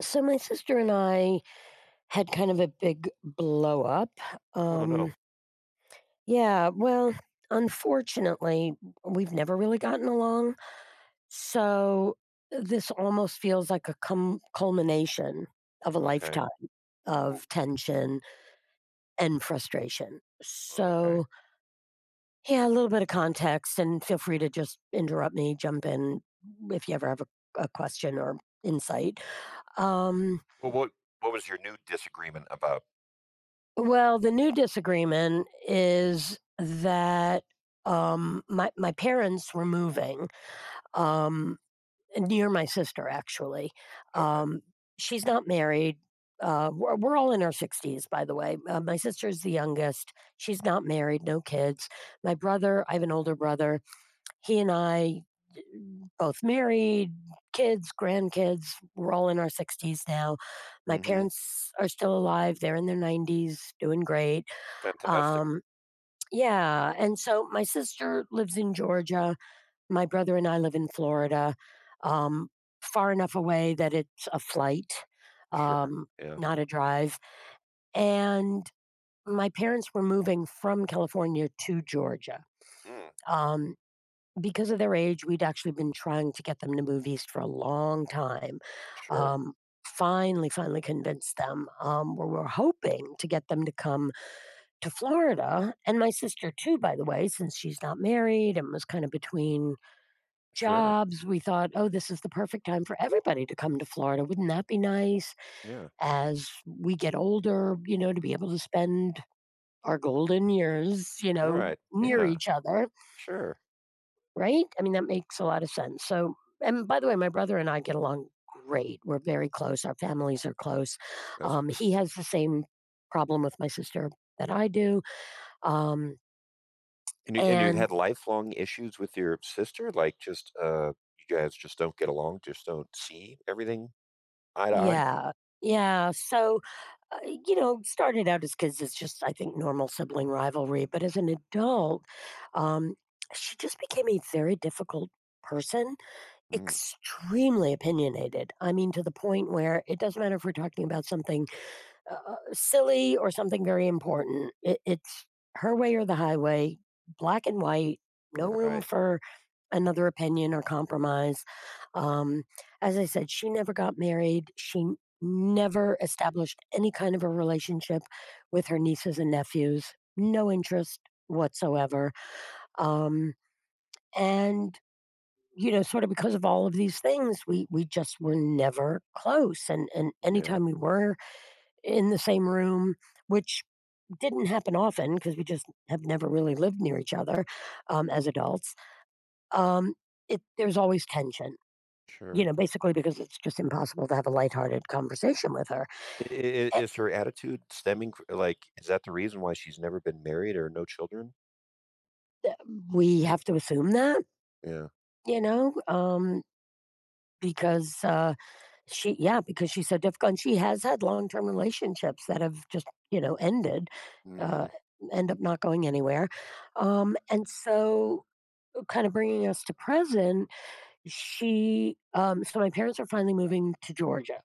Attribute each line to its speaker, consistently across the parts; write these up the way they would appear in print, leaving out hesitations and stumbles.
Speaker 1: So my sister and I had kind of a big blow up.
Speaker 2: Oh, no.
Speaker 1: Um, yeah, well, unfortunately, we've never really gotten along. So this almost feels like a cum culmination of a
Speaker 2: Okay.
Speaker 1: lifetime
Speaker 2: Oh,
Speaker 1: of tension and frustration.
Speaker 2: okay.
Speaker 1: So, yeah, a little bit of context, and feel free to just interrupt me, jump in if you ever have a question or insight. Um,
Speaker 2: Well, what was your new disagreement about?
Speaker 1: Well, the new disagreement is that, my parents were moving, um, near my sister, actually.
Speaker 2: Okay.
Speaker 1: Um, she's not married. We're all in our 60s, by the way. My sister's the youngest. She's not married, no kids. My brother I have an older brother. He and I, uh, both married, kids, grandkids. We're all in our 60s now. My
Speaker 2: Mm-hmm.
Speaker 1: parents are still alive. They're in their 90s, doing great.
Speaker 2: Fantastic.
Speaker 1: Um, yeah, and so my sister lives in Georgia, my brother and I live in Florida, um, far enough away that it's a flight,
Speaker 2: Sure.
Speaker 1: um,
Speaker 2: Yeah.
Speaker 1: not a drive, and my parents were moving from California to Georgia.
Speaker 2: Mm,
Speaker 1: Um, because of their age, we'd actually been trying to get them to move east for a long time.
Speaker 2: sure.
Speaker 1: Um, finally convinced them. We were hoping to get them to come to Florida, and my sister too, by the way, since she's not married and was kind of between
Speaker 2: Sure.
Speaker 1: jobs, we thought, oh, this is the perfect time for everybody to come to Florida. Wouldn't that be nice
Speaker 2: Yeah.
Speaker 1: as we get older, to be able to spend our golden years, you
Speaker 2: All
Speaker 1: know,
Speaker 2: right.
Speaker 1: near
Speaker 2: Yeah.
Speaker 1: each other,
Speaker 2: Sure.
Speaker 1: right? I mean, that makes a lot of sense. So, and by the way, my brother and I get along great. We're very close. Our families are close.
Speaker 2: That's good.
Speaker 1: He has the same problem with my sister that I do. Um,
Speaker 2: And you've
Speaker 1: and
Speaker 2: had lifelong issues with your sister, like just you guys just don't get along, just don't see everything eye to eye.
Speaker 1: Yeah. Yeah. So, uh, started out as kids, as just, I think, normal sibling rivalry. But as an adult, um, she just became a very difficult person,
Speaker 2: Mm,
Speaker 1: extremely opinionated. I mean, to the point where it doesn't matter if we're talking about something silly or something very important. It's her way or the highway, black and white,
Speaker 2: all
Speaker 1: no room
Speaker 2: right.
Speaker 1: for another opinion or compromise. Um, as I said, she never got married. She never established any kind of a relationship with her nieces and nephews, no interest whatsoever. Um, and you know sort of because of all of these things we just were never close, and
Speaker 2: Yeah.
Speaker 1: anytime we were in the same room, which didn't happen often because we just have never really lived near each other, as adults. Um, it there's always tension, you
Speaker 2: Sure.
Speaker 1: know, basically because it's just impossible to have a lighthearted conversation with her.
Speaker 2: I- i-
Speaker 1: Eh,
Speaker 2: Is her attitude stemming, like, is that the reason why she's never been married or no children?
Speaker 1: we have to assume that,
Speaker 2: Yeah.
Speaker 1: you know, um, because, she yeah, because she's so difficult, and she has had long-term relationships that have just, you know, ended, uh,
Speaker 2: Mhm.
Speaker 1: end up not going anywhere. Um, and so, kind of bringing us to present. So my parents are finally moving to Georgia.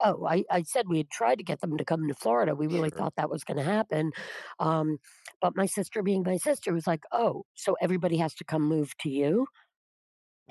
Speaker 1: Oh, I said we had tried to get them to come to Florida. We really
Speaker 2: Sure.
Speaker 1: thought that was going to happen. Um, but my sister, being my sister, was like, oh, so everybody has to come move to you.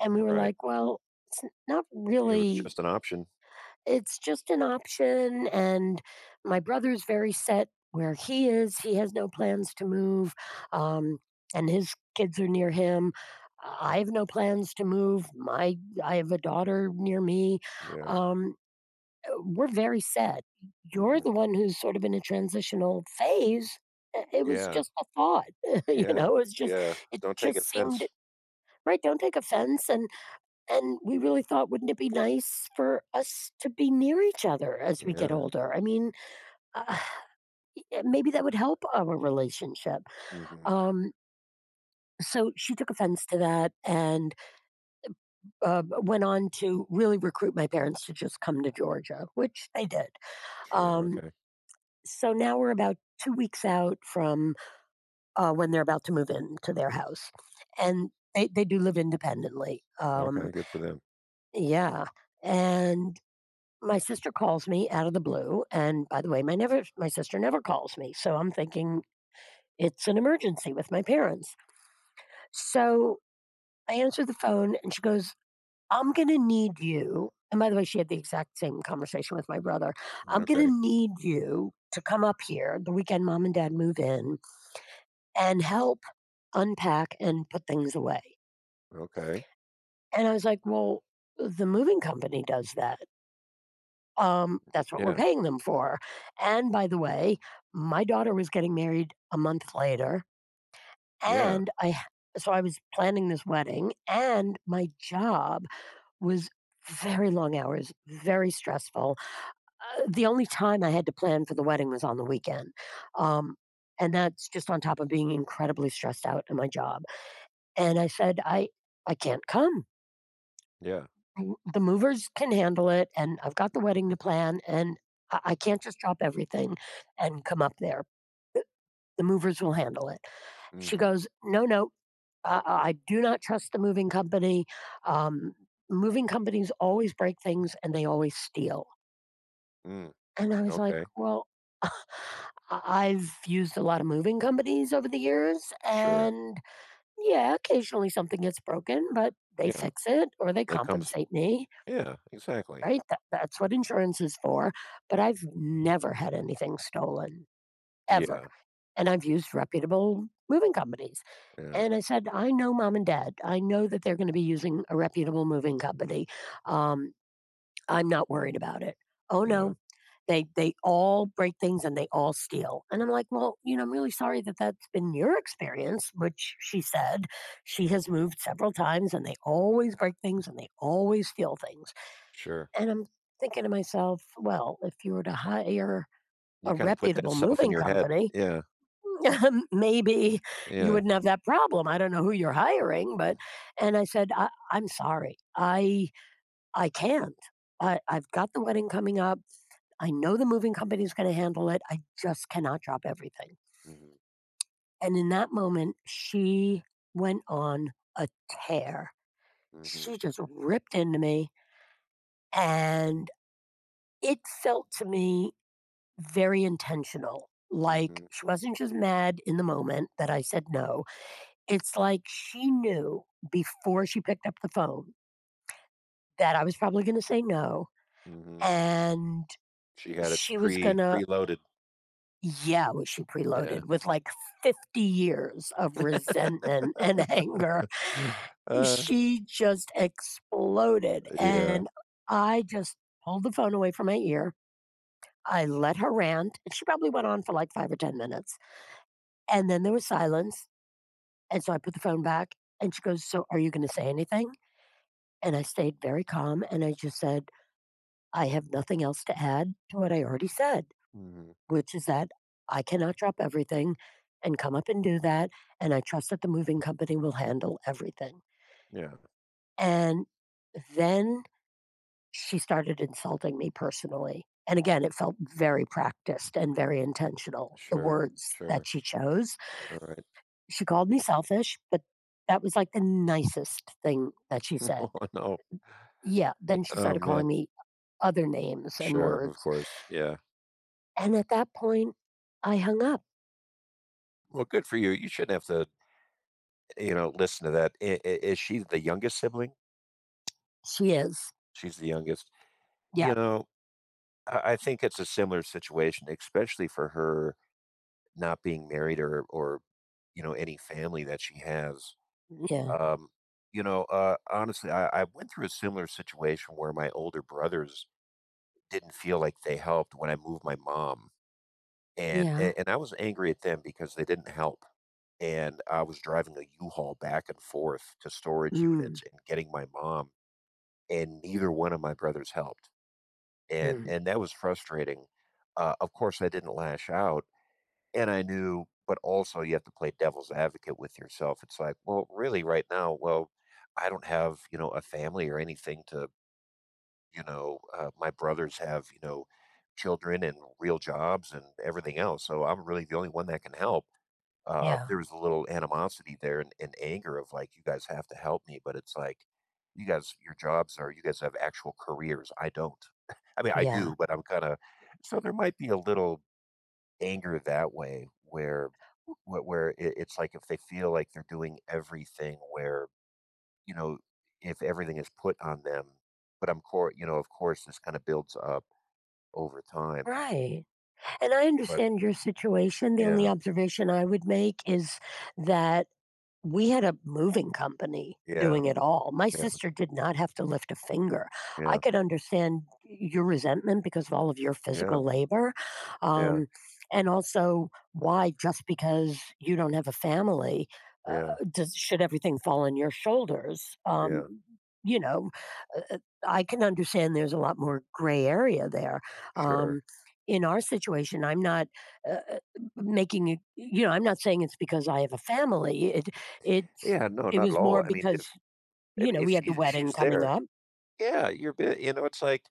Speaker 1: And we were
Speaker 2: Right.
Speaker 1: like, well, not
Speaker 2: I it was
Speaker 1: really,
Speaker 2: just an option.
Speaker 1: it's just an option, and my brother's very set where he is. He has no plans to move, um, and his kids are near him. I have no plans to move. My I have a daughter near me.
Speaker 2: Yeah.
Speaker 1: Um, we're very set. You're
Speaker 2: Mhm.
Speaker 1: the one who's sort of in a transitional phase. It was
Speaker 2: Yeah.
Speaker 1: just a thought, you
Speaker 2: Yeah.
Speaker 1: know. It was just,
Speaker 2: Yeah.
Speaker 1: it
Speaker 2: Don't take
Speaker 1: just seemed
Speaker 2: offense.
Speaker 1: right. Don't take offense, and we really thought, wouldn't it be nice for us to be near each other as we get
Speaker 2: Yeah.
Speaker 1: older? I mean, uh, maybe that would help our relationship.
Speaker 2: Mhm.
Speaker 1: Um, so she took offense to that and went on to really recruit my parents to just come to Georgia, which they did.
Speaker 2: Sure.
Speaker 1: Um,
Speaker 2: Okay.
Speaker 1: so now we're about 2 weeks out from when they're about to move into their house. And they do live independently.
Speaker 2: Okay. Good for them.
Speaker 1: Yeah. And my sister calls me out of the blue, and by the way, my never my sister never calls me, so I'm thinking it's an emergency with my parents. So I answer the phone and she goes, "I'm gonna need you." And by the way, she had the exact same conversation with my brother. "I'm gonna
Speaker 2: Okay.
Speaker 1: need you to come up here the weekend mom and dad move in and help unpack and put things away."
Speaker 2: Okay.
Speaker 1: And I was like, "Well, the moving company does that. That's what we're
Speaker 2: Yeah.
Speaker 1: paying them for. And by the way, my daughter was getting married a month later,
Speaker 2: Yeah.
Speaker 1: and I h- so I was planning this wedding, and my job was very long hours, very stressful. The only time I had to plan for the wedding was on the weekend. Um, and that's just on top of being incredibly stressed out in my job. And I said, I can't come.
Speaker 2: Yeah.
Speaker 1: W The movers can handle it, and I've got the wedding to plan, and I can't just drop everything and come up there. The movers will handle it. She
Speaker 2: Mhm.
Speaker 1: goes, "No, no, I do not trust the moving company. Um, Moving companies always break things and they always steal."
Speaker 2: Mm.
Speaker 1: And I was like,
Speaker 2: Okay.
Speaker 1: "Well, I've used a lot of moving companies over the years,
Speaker 2: Sure.
Speaker 1: and yeah, occasionally something gets broken, but they
Speaker 2: Yeah.
Speaker 1: fix it or they
Speaker 2: That comes.
Speaker 1: compensate me.
Speaker 2: Yeah. Exactly.
Speaker 1: Right? That that's what insurance is for, but I've never had anything stolen, ever,
Speaker 2: Yeah.
Speaker 1: and I've used reputable moving companies,
Speaker 2: Yeah.
Speaker 1: and I said, "I know mom and dad. I know that they're gonna be using a reputable moving company. Um, I'm not worried about it." "Oh,
Speaker 2: Yeah.
Speaker 1: no. They all break things and they all steal." And I'm like, "Well, you know, I'm really sorry that that's been your experience," which she said. She has moved several times, and they always break things and they always steal things.
Speaker 2: Sure.
Speaker 1: And I'm thinking to myself, well, if you were to hire
Speaker 2: You
Speaker 1: a
Speaker 2: kinda put that
Speaker 1: reputable
Speaker 2: self in
Speaker 1: moving
Speaker 2: your head.
Speaker 1: company,
Speaker 2: Yeah.
Speaker 1: maybe you
Speaker 2: Yeah.
Speaker 1: wouldn't have that problem. I don't know who you're hiring, but and I said, I'm sorry, I can't. I've got the wedding coming up. I know the moving company is going to handle it. I just cannot drop everything.
Speaker 2: Mhm.
Speaker 1: And in that moment, she went on a tear.
Speaker 2: Mhm.
Speaker 1: She just ripped into me. And it felt to me very intentional. Like
Speaker 2: Mhm.
Speaker 1: she wasn't just mad in the moment that I said no. It's like she knew before she picked up the phone that I was probably going to say no.
Speaker 2: Mhm.
Speaker 1: And
Speaker 2: She had it
Speaker 1: she was going to,
Speaker 2: preloaded.
Speaker 1: yeah, was she
Speaker 2: Yeah.
Speaker 1: preloaded with like 50 years of resentment and anger.
Speaker 2: Uh,
Speaker 1: She just exploded.
Speaker 2: yeah.
Speaker 1: And I just pulled the phone away from my ear. I let her rant. And She probably went on for like five or 10 minutes. And then there was silence. And so I put the phone back and she goes, so are you going to say anything? And I stayed very calm and I just said, I have nothing else to add to what I already said,
Speaker 2: Mhm.
Speaker 1: which is that I cannot drop everything and come up and do that. And I trust that the moving company will handle everything.
Speaker 2: Yeah.
Speaker 1: And then she started insulting me personally. And again, it felt very practiced and very intentional, the
Speaker 2: Sure.
Speaker 1: words that
Speaker 2: Sure.
Speaker 1: she chose.
Speaker 2: Alright.
Speaker 1: She called me selfish, but that was like the nicest thing that she
Speaker 2: Oh,
Speaker 1: said.
Speaker 2: no.
Speaker 1: Yeah, then she
Speaker 2: Oh,
Speaker 1: started calling
Speaker 2: man.
Speaker 1: me other names and
Speaker 2: Sure. Of
Speaker 1: words,
Speaker 2: course. Yeah.
Speaker 1: and at that point, I hung up.
Speaker 2: Well, good for you. You shouldn't have to, you know, listen to that. I is she the youngest sibling?
Speaker 1: She is.
Speaker 2: She's the youngest. You
Speaker 1: Yeah,
Speaker 2: know, I think it's a similar situation, especially for her not being married or, you know, any family that she has.
Speaker 1: yeah,
Speaker 2: Um, you know, honestly, I went through a similar situation where my older brothers didn't feel like they helped when I moved my mom, and
Speaker 1: yeah.
Speaker 2: a and I was angry at them because they didn't help, and I was driving a U-Haul back and forth to storage
Speaker 1: Mm,
Speaker 2: units and getting my mom, and neither one of my brothers helped, and
Speaker 1: mm,
Speaker 2: and that was frustrating. Of course, I didn't lash out, and I knew, but also you have to play devil's advocate with yourself. It's like, "Well, really, right now, well, I don't have, you know, a family or anything to. You know, my brothers have, you know, children and real jobs and everything else. So I'm really the only one that can help.
Speaker 1: yeah,
Speaker 2: There was a little animosity there and anger of like, you guys have to help me. But it's like, you guys, your jobs are, you guys have actual careers. I don't." I mean, I
Speaker 1: yeah.
Speaker 2: do, but I'm kind of, so there might be a little anger that way where, where it, it's like if they feel like they're doing everything where you know, if everything is put on them. But I'm core, you know, of course, this kind of builds up over time.
Speaker 1: Right, and I
Speaker 2: But
Speaker 1: understand your situation. The only
Speaker 2: yeah,
Speaker 1: observation I would make is that we had a moving company
Speaker 2: yeah,
Speaker 1: doing it all. My
Speaker 2: yeah,
Speaker 1: sister did not have to lift a finger. I
Speaker 2: yeah,
Speaker 1: could understand your resentment because of all of your
Speaker 2: yeah,
Speaker 1: physical labor.
Speaker 2: yeah,
Speaker 1: Um, and also, why just because you don't have a family, uh,
Speaker 2: yeah,
Speaker 1: should everything fall on your shoulders?
Speaker 2: yeah,
Speaker 1: You know, uh, uh, I can understand there's a lot more gray area there.
Speaker 2: sure.
Speaker 1: Um, in our situation, I'm not, uh, uh, making it, you know, I'm not saying it's because I have a family. It's
Speaker 2: Yeah, no,
Speaker 1: it
Speaker 2: not at
Speaker 1: was
Speaker 2: all.
Speaker 1: more
Speaker 2: I mean,
Speaker 1: because, you know,
Speaker 2: if
Speaker 1: we had the
Speaker 2: she's
Speaker 1: wedding
Speaker 2: she's
Speaker 1: coming
Speaker 2: there,
Speaker 1: up.
Speaker 2: yeah, you're, you know, it's like,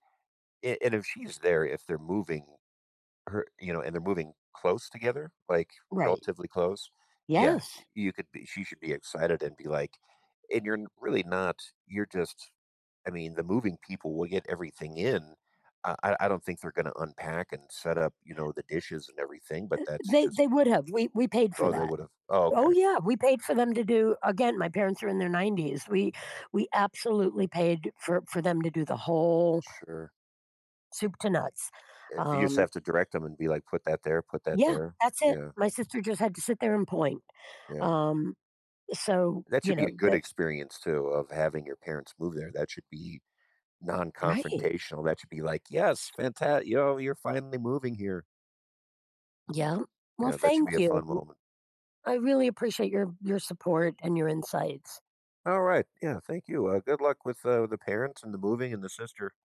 Speaker 2: and if she's there, if they're moving her, you know, and they're moving close together, like
Speaker 1: Right.
Speaker 2: relatively close, yeah,
Speaker 1: Yes.
Speaker 2: you could be. She should be excited and be like. And you're really not, you're just, I mean, the moving people will get everything in. I don't think they're gonna unpack and set up, you know, the dishes and everything, but that's just,
Speaker 1: They would have. We paid for
Speaker 2: oh, they
Speaker 1: that.
Speaker 2: would've, oh,
Speaker 1: Oh
Speaker 2: okay.
Speaker 1: yeah, we paid for them to do, again, my parents are in their 90s. We absolutely paid for them to do the whole
Speaker 2: Sure.
Speaker 1: soup to nuts.
Speaker 2: You just
Speaker 1: Um
Speaker 2: have to direct them and be like, "Put that there, put that
Speaker 1: yeah,
Speaker 2: there."
Speaker 1: that's it.
Speaker 2: Yeah,
Speaker 1: My sister just had to sit there and point.
Speaker 2: yeah.
Speaker 1: Um so,
Speaker 2: That should
Speaker 1: you
Speaker 2: be a
Speaker 1: know,
Speaker 2: good
Speaker 1: that
Speaker 2: experience too of having your parents move there. That should be
Speaker 1: Right.
Speaker 2: non-confrontational. That should be like, "Yes, fanta yo, you're finally moving here."
Speaker 1: Yeah. Well,
Speaker 2: Yeah, that should be
Speaker 1: thank
Speaker 2: a fun
Speaker 1: you.
Speaker 2: moment.
Speaker 1: I really appreciate your support and your insights.
Speaker 2: Alright, yeah, thank you, good luck with, the parents and the moving and the sister.